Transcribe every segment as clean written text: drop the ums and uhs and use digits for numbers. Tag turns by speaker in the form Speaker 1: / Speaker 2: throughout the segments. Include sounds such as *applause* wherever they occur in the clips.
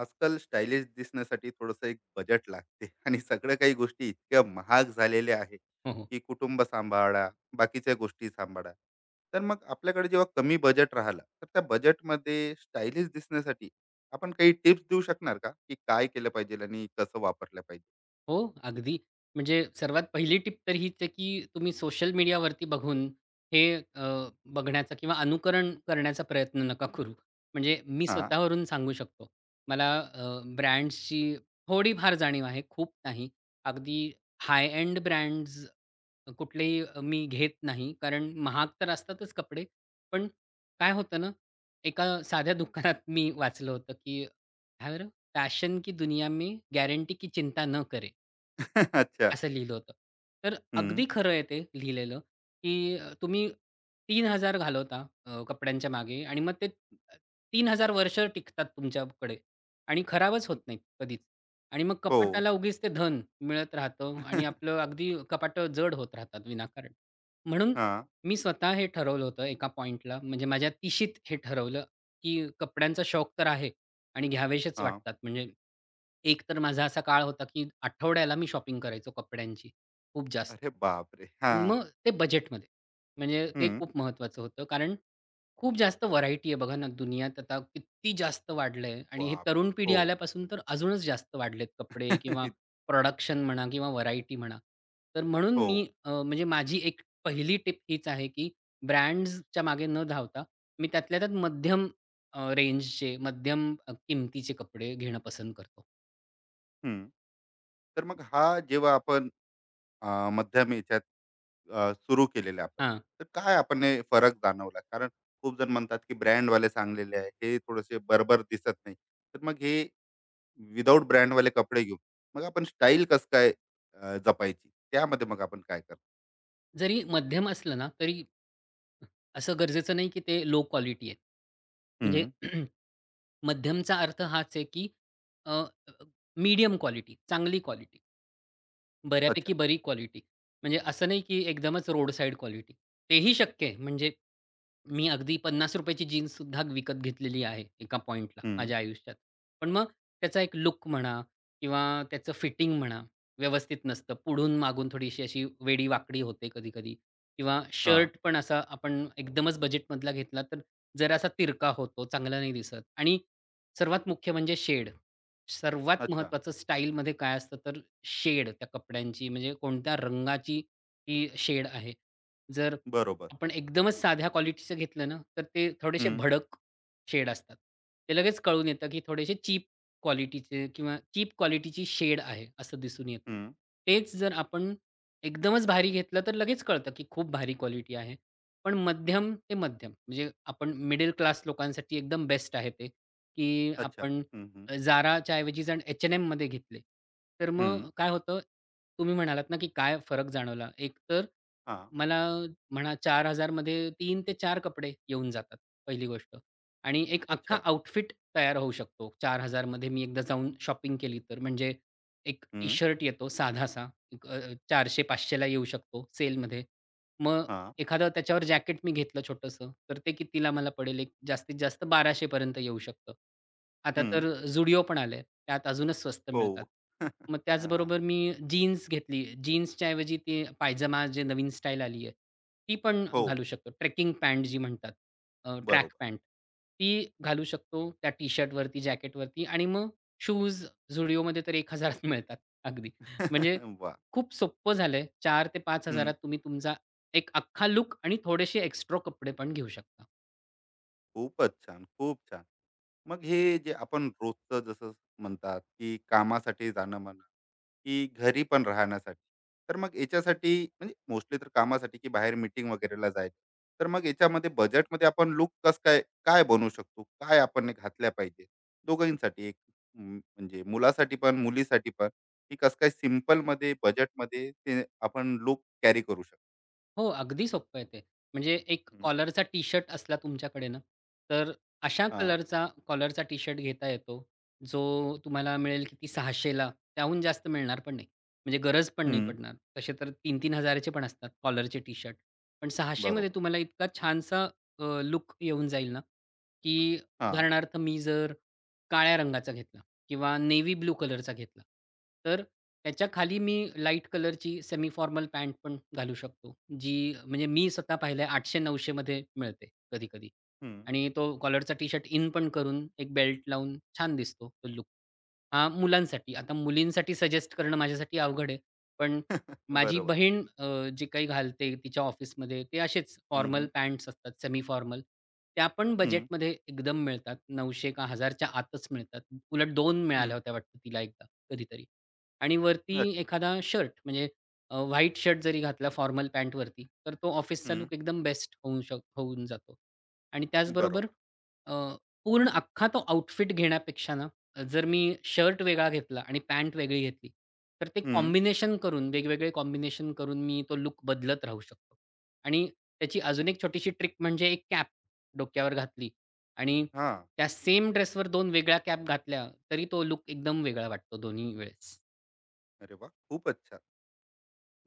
Speaker 1: आजकाल स्टायलिश दिसण्यासाठी थोडंसं एक बजेट लागते. *laughs* आणि सगळ्या काही गोष्टी इतक्या महाग झालेल्या आहे
Speaker 2: हो, हो.
Speaker 1: की कुटुंब सांभाळा, बाकीच्या गोष्टी सांभाळा. तर मग आपल्याकडे जेव्हा कमी बजेट राहिला तर त्या बजेटमध्ये स्टायलिश दिसण्यासाठी आपण काही टिप्स देऊ शकणार का, की काय केलं पाहिजे आणि कसं वापरलं पाहिजे?
Speaker 2: हो, अगदी. म्हणजे सर्वात पहिली टिप तर हीच आहे, की तुम्ही सोशल मीडियावरती बघून हे अ, बघण्याचा किंवा अनुकरण करण्याचा प्रयत्न नका करू. म्हणजे मी
Speaker 1: हा.
Speaker 2: स्वतःवरून सांगू शकतो. मला ब्रँड्सची थोडीफार जाणीव आहे, खूप नाही. अगदी हाय एंड ब्रँड्स कुठलेही मी घेत नाही. कारण महाग तर असतातच कपडे. पण काय होतं ना, एका साध्या दुकानात मी वाचलं होतं, की "हर फॅशन की दुनिया में गॅरंटी की चिंता न करे"
Speaker 1: *laughs* अच्छा.
Speaker 2: असं लिहिलं होतं. तर
Speaker 1: हम्म.
Speaker 2: अगदी खरं आहे ते लिहिलेलं, की तुम्ही 3,000 घालवता कपड्यांच्या मागे आणि मग ते 3,000 वर्ष टिकतात तुमच्याकडे आणि खराबच होत नाहीत कधीच. आणि मग
Speaker 1: हो.
Speaker 2: कपाटाला उगीच ते धन मिळत राहतं आणि
Speaker 1: *laughs*
Speaker 2: आपलं अगदी कपाटं जड होत राहतात विनाकारण. म्हणून
Speaker 1: हा.
Speaker 2: मी स्वतः हे ठरवलं होतं एका पॉइंटला, म्हणजे माझ्या तिशीत हे ठरवलं, की कपड्यांचा शौक तर आहे, आणि घ्यावेशेच
Speaker 1: हा.
Speaker 2: वाटतात. म्हणजे एक तर माझा असा काळ होता, की आठवड्याला मी शॉपिंग करायचो कपड्यांची, खूप जास्त.
Speaker 1: अरे बापरे, हा.
Speaker 2: पण मग ते बजेटमध्ये. म्हणजे ते
Speaker 1: हम्म.
Speaker 2: खूप महत्त्वाचं होतं. कारण खूप जास्त व्हरायटी आहे बघा ना, दुनियात आता किती जास्त वाढलंय आणि हे
Speaker 1: बाप.
Speaker 2: तरुण पिढी
Speaker 1: हो.
Speaker 2: आल्यापासून तर अजूनच जास्त वाढलेत कपडे
Speaker 1: *laughs*
Speaker 2: किंवा
Speaker 1: इत-
Speaker 2: प्रोडक्शन म्हणा किंवा व्हरायटी म्हणा. तर म्हणून
Speaker 1: हो.
Speaker 2: मी म्हणजे माझी एक पहिली टिप हीच आहे, की ब्रँड्सच्या मागे न धावता मी त्यातल्या त्यात मध्यम रेंजचे, मध्यम किमतीचे कपडे घेणं पसंत करतो.
Speaker 1: हम्म. तर मग हा, जेव्हा आपण मध्यम याच्यात सुरू केलेलं आपण.
Speaker 2: हां,
Speaker 1: तर काय आपण हे फरक जाणवला? कारण खूप जण म्हणतात, की ब्रँडवाले चांगलेले आहे. हे थोडेसे बरोबर दिसत नाही. तर मग हे विदाऊट ब्रँडवाले कपडे घेऊन मग आपण स्टाईल कसं काय जपायची? त्यामध्ये मग आपण काय करतो?
Speaker 2: जरी मध्यम असलं ना, तरी असं गरजेचं नाही की ते लो क्वालिटी आहेत. म्हणजे
Speaker 1: हं.
Speaker 2: *clears throat* मध्यमचा अर्थ हाच आहे, की मीडियम क्वालिटी, चांगली क्वालिटी,
Speaker 1: अच्छा.
Speaker 2: बऱ्यापैकी बरी क्वालिटी. म्हणजे असं नाही की एकदमच रोड साइड क्वालिटी. तेही शक्य आहे. म्हणजे मी अगदी ₹50 ची जीन्ससुद्धा विकत घेतलेली आहे एका पॉइंटला
Speaker 1: हं.
Speaker 2: माझ्या आयुष्यात. पण मग त्याचा एक लुक म्हणा किंवा त्याचं फिटिंग म्हणा, व्यवस्थित नसतं. पुढून मागून थोडीशी अशी वेडी-वाकडी होते कधी-कधी, किंवा
Speaker 1: हां.
Speaker 2: शर्ट पण असा आपण एकदमच बजेटमधला घेतला तर जरासा तिरका होतो, चांगला नाही दिसत. आणि सर्वात मुख्य म्हणजे शेड. सर्वात
Speaker 1: अच्छा.
Speaker 2: महत्त्वाचं स्टाईलमध्ये काय असतं तर शेड त्या कपड्यांची, म्हणजे कोणत्या रंगाची ती शेड आहे. जर
Speaker 1: बरोबर.
Speaker 2: आपण एकदमच साध्या क्वालिटीचं घेतलं ना, तर ते थोडेसे
Speaker 1: हं.
Speaker 2: भडक शेड असतात. ते लगेच कळून येतं, की थोडेसे चीप क्वालिटीचे किंवा चीप क्वालिटीची शेड आहे, असं दिसून येतं.
Speaker 1: हं.
Speaker 2: तेच जर आपण एकदमच भारी घेतलं, तर लगेच कळतं, की खूप भारी क्वालिटी आहे. पण मध्यम ते मध्यम, म्हणजे आपण मिडल क्लास लोकांसाठी एकदम बेस्ट आहे ते, की
Speaker 1: अच्छा.
Speaker 2: आपण
Speaker 1: हं, हं.
Speaker 2: अ, ऐवजी जर H&Mमध्ये घेतले, तर
Speaker 1: हं.
Speaker 2: मग काय होतं, तुम्ही म्हणालात ना, की काय फरक जाणवला. एक तर
Speaker 1: हां.
Speaker 2: मला म्हणा चार हजार मध्ये तीन ते चार कपडे येऊन जातात, पहिली गोष्ट. आणि एक अख्खा
Speaker 1: अच्छा.
Speaker 2: आउटफिट तयार होऊ शकतो चार हजार मध्ये, मी एकदा जाऊन शॉपिंग केली तर. म्हणजे एक
Speaker 1: हं.
Speaker 2: टी-शर्ट येतो साधासा, एक 400-500 ला येऊ शकतो सेलमध्ये. मग
Speaker 1: हां.
Speaker 2: एखादं त्याच्यावर जॅकेट मी घेतलं छोटंसं, तर ते कितीला मला पडेल? एक जास्तीत जास्त 1200 पर्यंत येऊ शकतं. आता
Speaker 1: हं.
Speaker 2: तर Zudio पण आलंय. त्यात अजूनच स्वस्त
Speaker 1: हो.
Speaker 2: मिळतात.
Speaker 1: *laughs*
Speaker 2: मग
Speaker 1: हां.
Speaker 2: त्याचबरोबर मी जीन्स घेतली. जीन्सच्या ऐवजी ती पायजमा, जे नवीन स्टाईल आली आहे, ती पण
Speaker 1: हो.
Speaker 2: घालू शकतो. ट्रेकिंग पॅन्ट जी म्हणतात, ट्रॅक
Speaker 1: बरोबर.
Speaker 2: पॅन्ट ती घालू शकतो त्या टी शर्टवरती, जॅकेटवरती, आणि मग शूज Zudio मध्ये तर एक त *laughs* मिळतात, अगदी. म्हणजे
Speaker 1: *laughs* वाह!
Speaker 2: खूप सोपं झालंय. चार ते 5000 त तुम्ही तुमचा एक अख्खा लुक आणि थोडेसे एक्स्ट्रा कपडे पण घेऊ शकता.
Speaker 1: खूपच छान, खूप छान. मग हे जे आपण रोजचं, जसं म्हणतात, की कामासाठी जाणं म्हणा, की घरी पण राहण्यासाठी. तर मग याच्यासाठी म्हणजे मोस्टली तर कामासाठी, की बाहेर मीटिंग वगैरेला जायचं. तर मग याच्यामध्ये बजेटमध्ये आपण लूक कसं काय काय बनवू शकतो? काय आपण हे घातल्या पाहिजे? दोघांसाठी एक, म्हणजे मुलासाठी पण, मुलीसाठी पण, की कसं काय सिंपलमध्ये, बजेटमध्ये ते आपण लूक कॅरी करू शकतो?
Speaker 2: हो, अगदी सोपं आहे ते. म्हणजे एक
Speaker 1: हं.
Speaker 2: कॉलरचा टी-शर्ट असला तुमच्याकडे ना, तर अशा
Speaker 1: हां.
Speaker 2: कलरचा कॉलरचा टी-शर्ट घेता येतो, जो तुम्हाला मिळेल किती, 600 ला. त्याहून जास्त मिळणार पण नाही. म्हणजे गरज पण नाही
Speaker 1: हं.
Speaker 2: पडणार. तसे तर 3,000-3,000 चे पण असतात कॉलरचे टी-शर्ट. पण 600 मध्ये
Speaker 1: बरोबर.
Speaker 2: तुम्हाला इतका छानसा अ, येऊन जाईल ना, की
Speaker 1: हां.
Speaker 2: उदाहरणार्थ मी जर काळ्या रंगाचा घेतला किंवा नेव्ही ब्लू कलरचा घेतला, तर त्याच्या खाली मी लाईट कलरची सेमी फॉर्मल पॅन्ट पण घालू शकतो, जी म्हणजे मी स्वतः पाहिलंय 800-900 मध्ये मिळते कधी-कधी.
Speaker 1: हं.
Speaker 2: आणि तो कॉलरचा टी-शर्ट इन पण करून एक बेल्ट लावून छान दिसतो तो लूक. हां, मुलांसाठी. आता मुलींसाठी सजेस्ट करणं माझ्यासाठी अवघड आहे. पण माझी
Speaker 1: बरोबर.
Speaker 2: बहीण जे काही घालते तिच्या ऑफिसमध्ये, ते असेच
Speaker 1: हं,
Speaker 2: फॉर्मल
Speaker 1: हं.
Speaker 2: पॅन्ट्स असतात, सेमी फॉर्मल. त्या पण बजेटमध्ये एकदम मिळतात. 900 का 1000 च्या आतच मिळतात. उलट दोन
Speaker 1: हं,
Speaker 2: मिळाल्या होत्या वाटतं तिला एकदा कधीतरी. आणि वरती
Speaker 1: अच्छा.
Speaker 2: एखादा शर्ट, म्हणजे व्हाईट शर्ट जरी घातला फॉर्मल पॅन्टवरती, तर तो ऑफिसचा
Speaker 1: हं,
Speaker 2: लूक एकदम बेस्ट होऊ होऊन जातो. आणि त्याचबरोबर
Speaker 1: बरोबर.
Speaker 2: अ, पूर्ण अख्खा तो आउटफिट घेण्यापेक्षा ना, जर मी शर्ट वेगळा घेतला आणि पॅन्ट वेगळी घेतली, तर ते
Speaker 1: हं,
Speaker 2: कॉम्बिनेशन करून, वेगवेगळे कॉम्बिनेशन करून, मी तो लूक बदलत राहू शकतो. आणि त्याची अजून एक छोटीशी ट्रिक म्हणजे एक कॅप डोक्यावर घातली, आणि
Speaker 1: हां.
Speaker 2: त्या सेम ड्रेसवर 2 वेगळ्या कॅप घातल्या, तरी तो लूक एकदम वेगळा वाटतो दोन्ही वेळेस.
Speaker 1: अरे वाह! खूपच छान.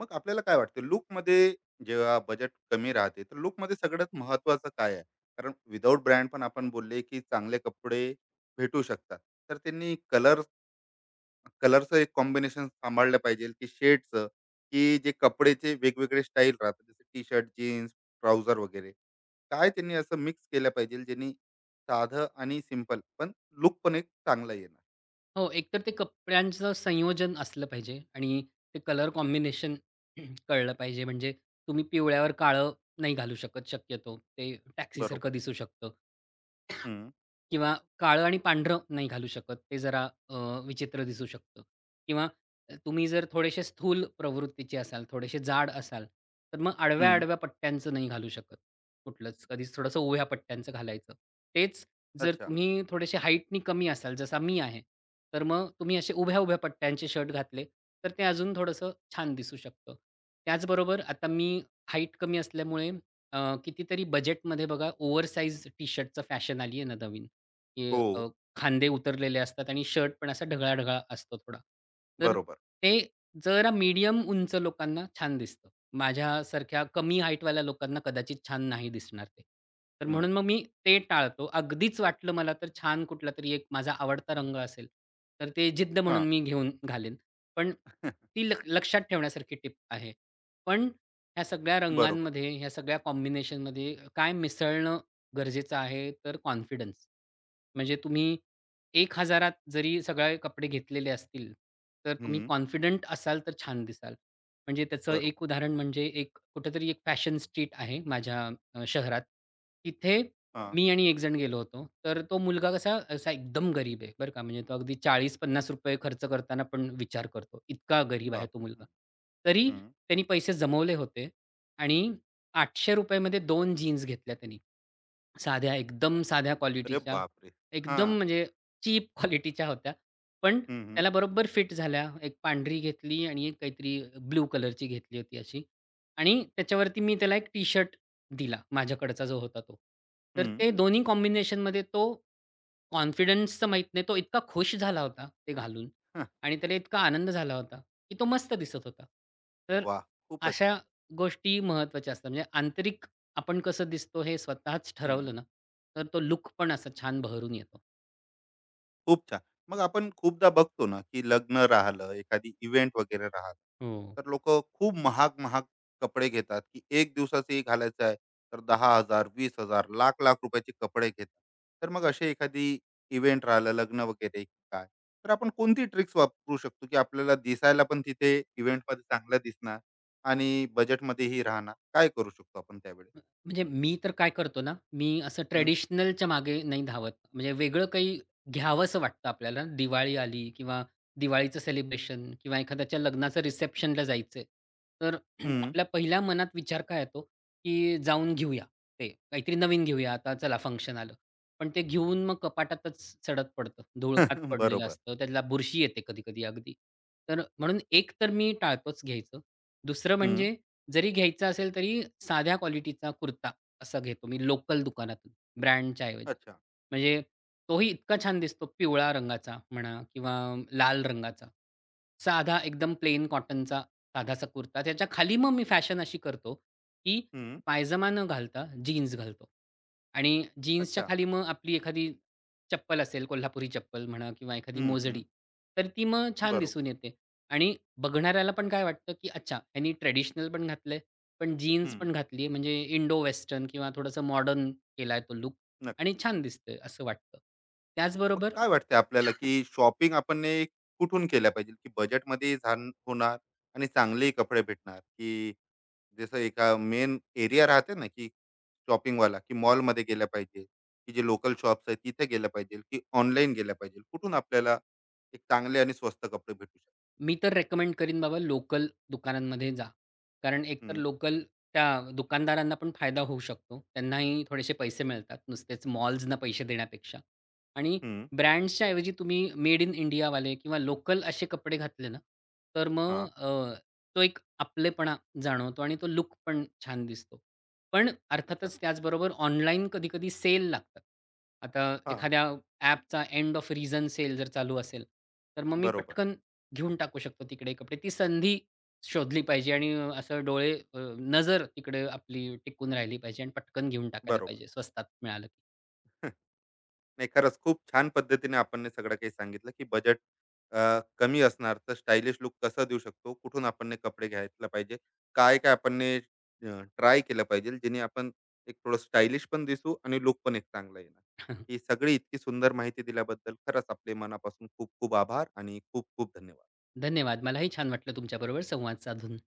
Speaker 1: मग आपल्याला काय वाटतं, लूकमध्ये जेव्हा बजेट कमी राहते, तर लूकमध्ये सगळ्यात महत्त्वाचं काय आहे? कारण विदाऊट ब्रँड पण आपण बोलले, की चांगले कपडे भेटू शकतात. तर त्यांनी कलर, कलरचं एक कॉम्बिनेशन सांभाळलं पाहिजे, की शेडचं, की जे कपड्याचे वेगवेगळे स्टाईल राहतात, जसं टी-शर्ट, जीन्स, ट्राउझर वगैरे. काय त्यांनी असं मिक्स केलं पाहिजे, ज्यांनी साधं आणि सिंपल पण लूक पण एक चांगला येणार?
Speaker 2: हो, एकतर ते कपड्यांचं संयोजन असलं पाहिजे आणि ते कलर कॉम्बिनेशन *clears throat* कळलं पाहिजे. म्हणजे तुम्ही पिवळ्यावर काळं नाही घालू शकत शक्यतो. ते
Speaker 1: बरोबर.
Speaker 2: टॅक्सीसारखं दिसू शकतं.
Speaker 1: हं,
Speaker 2: किंवा काळं आणि पांढरं नाही घालू शकत. ते जरा अ, विचित्र दिसू शकतं, किंवा तुम्ही जर थोडेसे स्थूल प्रवृत्तीचे असाल, थोडेसे जाड असाल, तर मग
Speaker 1: हं.
Speaker 2: आडव्या-आडव्या पट्ट्यांचं नाही घालू शकत कुठलंच. कधीच थोडंसं उभ्या पट्ट्यांचं घालायचं. तेच जर
Speaker 1: अच्छा.
Speaker 2: तुम्ही थोडेसे हाईटनी कमी असाल, जसा मी आहे, तर मग तुम्ही असे उभ्या-उभ्या पट्ट्यांचे शर्ट घातले, तर ते अजून थोडंसं छान दिसू शकतं. त्याचबरोबर आता मी हाईट कमी असल्यामुळे, अ, कितीतरी बजेटमध्ये बघा ओव्हरसाइज टी-शर्टचं फॅशन आली आहे ना नवीन. की
Speaker 1: हो,
Speaker 2: खांदे उतरलेले असतात आणि शर्ट पण असा ढगळा-ढगळा असतो थोडा. तर
Speaker 1: बरोबर.
Speaker 2: ते जरा मीडियम उंच लोकांना छान दिसतं. माझ्यासारख्या कमी हाईटवाल्या लोकांना कदाचित छान नाही दिसणार ते. तर
Speaker 1: हं.
Speaker 2: म्हणून मग मी ते टाळतो. अगदीच वाटलं मला तर, छान कुठलातरी एक माझा आवडता रंग असेल, तर ते जिद्द म्हणून
Speaker 1: हां.
Speaker 2: मी घेऊन घालेन. पण
Speaker 1: *laughs*
Speaker 2: ती लक्षात ठेवण्यासारखी टिप आहे. पण ह्या सगळ्या
Speaker 1: बरोबर.
Speaker 2: रंगांमध्ये, ह्या सगळ्या कॉम्बिनेशनमध्ये काय मिसळणं गरजेचं आहे तर कॉन्फिडन्स. म्हणजे तुम्ही एक त जरी सगळे कपडे घेतलेले असतील, तर तुम्ही
Speaker 1: हं.
Speaker 2: कॉन्फिडंट असाल तर छान दिसाल. म्हणजे त्याचं
Speaker 1: बरोबर.
Speaker 2: एक उदाहरण म्हणजे, एक कुठेतरी एक फॅशन स्ट्रीट आहे माझ्या शहरात. तिथे
Speaker 1: हां.
Speaker 2: मी आणि एक जण गेलो होतो. तर तो मुलगा कसा, असा एकदम गरीब आहे बरं का. म्हणजे तो अगदी ₹40-50 खर्च करताना पण विचार करतो. इतका गरीब आहे तो
Speaker 1: बापरे!
Speaker 2: मुलगा.
Speaker 1: हं,
Speaker 2: तरी
Speaker 1: हं.
Speaker 2: त्यांनी पैसे जमवले होते आणि ₹800 मध्ये दोन जीन्स घेतल्या त्यांनी. साध्या, एकदम साध्या
Speaker 1: अरे
Speaker 2: क्वालिटीच्या,
Speaker 1: बापरे!
Speaker 2: एकदम
Speaker 1: हां.
Speaker 2: म्हणजे चीप *laughs* क्वालिटीच्या होत्या. पण
Speaker 1: हं, हं.
Speaker 2: त्याला बरोबर फिट झाल्या. एक पांढरी घेतली आणि एक काहीतरी ब्लू कलरची घेतली होती अशी. आणि त्याच्यावरती मी त्याला एक टी-शर्ट दिला, माझ्याकडचा जो होता तो. तर
Speaker 1: हं.
Speaker 2: ते दोन्ही कॉम्बिनेशनमध्ये तो, कॉन्फिडन्सचं माहीत नाही, तो इतका खुश झाला होता ते घालून,
Speaker 1: हं.
Speaker 2: आणि त्याला इतका आनंद झाला होता, की तो मस्त दिसत होता. तर
Speaker 1: खूपच
Speaker 2: अशा
Speaker 1: छान.
Speaker 2: गोष्टी महत्त्वाच्या असतात. म्हणजे आंतरिक, आपण कसं दिसतो हे स्वतःच
Speaker 1: हं.
Speaker 2: ठरवलं ना, तर तो लुक पण असा छान बहरून येतो.
Speaker 1: खूप छान. मग आपण खूपदा बघतो ना, की लग्न राहिलं, एखादी इव्हेंट वगैरे राहिलं.
Speaker 2: हो.
Speaker 1: तर लोक खूप महाग महाग कपडे घेतात, की एक दिवसाचंही घालायचं आहे तर 10,000, 20,000, लाख लाख रुपयाचे कपडे घेतात. तर मग असे एखादी इव्हेंट राहिलं, लग्न वगैरे, की काय तर आपण कोणती ट्रिक्स वापरू शकतो, की आपल्याला दिसायला पण तिथे event मध्ये चांगलं दिसणार आणि बजेटमध्येही राहणार? काय करू शकतो आपण त्यावेळेस?
Speaker 2: म्हणजे मी तर काय करतो ना, मी असं
Speaker 1: हम्म.
Speaker 2: ट्रेडिशनलच्या मागे नाही धावत. म्हणजे वेगळं काही घ्यावंसं वाटतं आपल्याला. दिवाळी आली किंवा दिवाळीचं सेलिब्रेशन, किंवा एखाद्याच्या लग्नाचं रिसेप्शनला जायचंय. तर *clears throat*
Speaker 1: हम्म.
Speaker 2: आपल्या पहिल्या मनात विचार काय येतो, की जाऊन घेऊया ते. काहीतरी नवीन घेऊया, आता चला फंक्शन आलं. पण ते घेऊन मग कपाटातच सडत पडतं. धुळकात
Speaker 1: *laughs*
Speaker 2: पडलेलं
Speaker 1: बरोबर.
Speaker 2: असतं. त्याला बुरशी येते कधी-कधी अगदी. तर म्हणून एक तर मी टाळतोच घ्यायचं. दुसरं
Speaker 1: हम्म.
Speaker 2: म्हणजे, जरी घ्यायचा असेल तरी साध्या क्वालिटीचा कुर्ता असा घेतो मी लोकल दुकानातून ब्रँडच्या ऐवजी.
Speaker 1: अच्छा.
Speaker 2: म्हणजे तोही इतका छान दिसतो, पिवळा रंगाचा म्हणा किंवा लाल रंगाचा. साधा एकदम प्लेन कॉटनचा साधासा कुर्ता. त्याच्या खाली मग मी फॅशन अशी करतो, की
Speaker 1: हम्म.
Speaker 2: पायजामा न घालता जीन्स घालतो. आणि जीन्सच्या
Speaker 1: अच्छा.
Speaker 2: खाली मग आपली एखादी चप्पल असेल, कोल्हापुरी चप्पल म्हणा किंवा एखादी
Speaker 1: हम्म.
Speaker 2: मोजडी,
Speaker 1: हम्म.
Speaker 2: तर ती मग छान
Speaker 1: बरोबर.
Speaker 2: दिसून येते. आणि बघणाऱ्याला पण काय वाटतं, की अच्छा, ह्यानी ट्रेडिशनल पण घातलंय, पण जीन्स
Speaker 1: हम्म.
Speaker 2: पण घातली, म्हणजे इंडो वेस्टर्न किंवा थोडंसं मॉडर्न केलाय तो लुक,
Speaker 1: नक्की.
Speaker 2: आणि छान दिसतंय असं वाटतं.
Speaker 1: मग
Speaker 2: त्याचबरोबर
Speaker 1: काय वाटतं आपल्याला, की शॉपिंग आपण ने कुठून केल्या पाहिजे, की बजेटमध्ये झान होणार आणि चांगलेही कपडे भेटणार? की जसं एका मेन एरिया राहते ना, की शॉपिंगवाला, की मॉलमध्ये गेल्या पाहिजे, की जे लोकल शॉप्स आहेत तिथे गेल्या पाहिजे, की ऑनलाईन गेल्या पाहिजे? कुठून आपल्याला एक चांगले आणि स्वस्त कपडे भेटू शकतात?
Speaker 2: मी तर रेकमेंड करीन, बाबा लोकल दुकानांमध्ये जा. कारण एकतर
Speaker 1: हम्म.
Speaker 2: लोकल त्या दुकानदारांना पण फायदा होऊ शकतो. त्यांनाही थोडेसे पैसे मिळतात, नुसतेच मॉल्सना पैसे देण्यापेक्षा. आणि
Speaker 1: हम्म.
Speaker 2: ब्रँड्सच्या ऐवजी तुम्ही मेड इन इंडियावाले किंवा लोकल असे कपडे घातले ना, तर
Speaker 1: हा.
Speaker 2: मग तो एक आपलेपणा जाणवतो आणि तो लूक पण छान दिसतो. पण
Speaker 1: अच्छा.
Speaker 2: अर्थातच त्याचबरोबर ऑनलाईन कधी-कधी सेल लागतात. आता
Speaker 1: हा.
Speaker 2: एखाद्या ॲपचा एंड ऑफ रिझन सेल जर चालू असेल, तर मग मी
Speaker 1: बरोबर.
Speaker 2: पटकन घेऊन टाकू शकतो तिकडे कपडे. ती संधी शोधली पाहिजे आणि असं नजर तिकडे आपली टिकून राहिली पाहिजे आणि पटकन घेऊन टाकायला
Speaker 1: बरोबर.
Speaker 2: पाहिजे स्वस्तात मिळालं की.
Speaker 1: नाही, खरंच खूप छान पद्धतीने आपण हे सगळं काही सांगितलं, की बजेट कमी असणार तर स्टायलिश लुक कसा देऊ शकतो, कुठून आपण हे कपडे घ्यायला पाहिजे, काय काय आपण ट्राय केलं पाहिजे, जेणे आपण एक थोडं स्टायलिश पण दिसू आणि लुक पण एक चांगला येणार. ही
Speaker 2: *laughs*
Speaker 1: सगळी इतकी सुंदर माहिती दिल्याबद्दल खरंच आपले मनापासून खूप खूप आभार आणि खूप खूप धन्यवाद.
Speaker 2: धन्यवाद. मलाही छान वाटलं तुमच्याबरोबर संवाद साधून.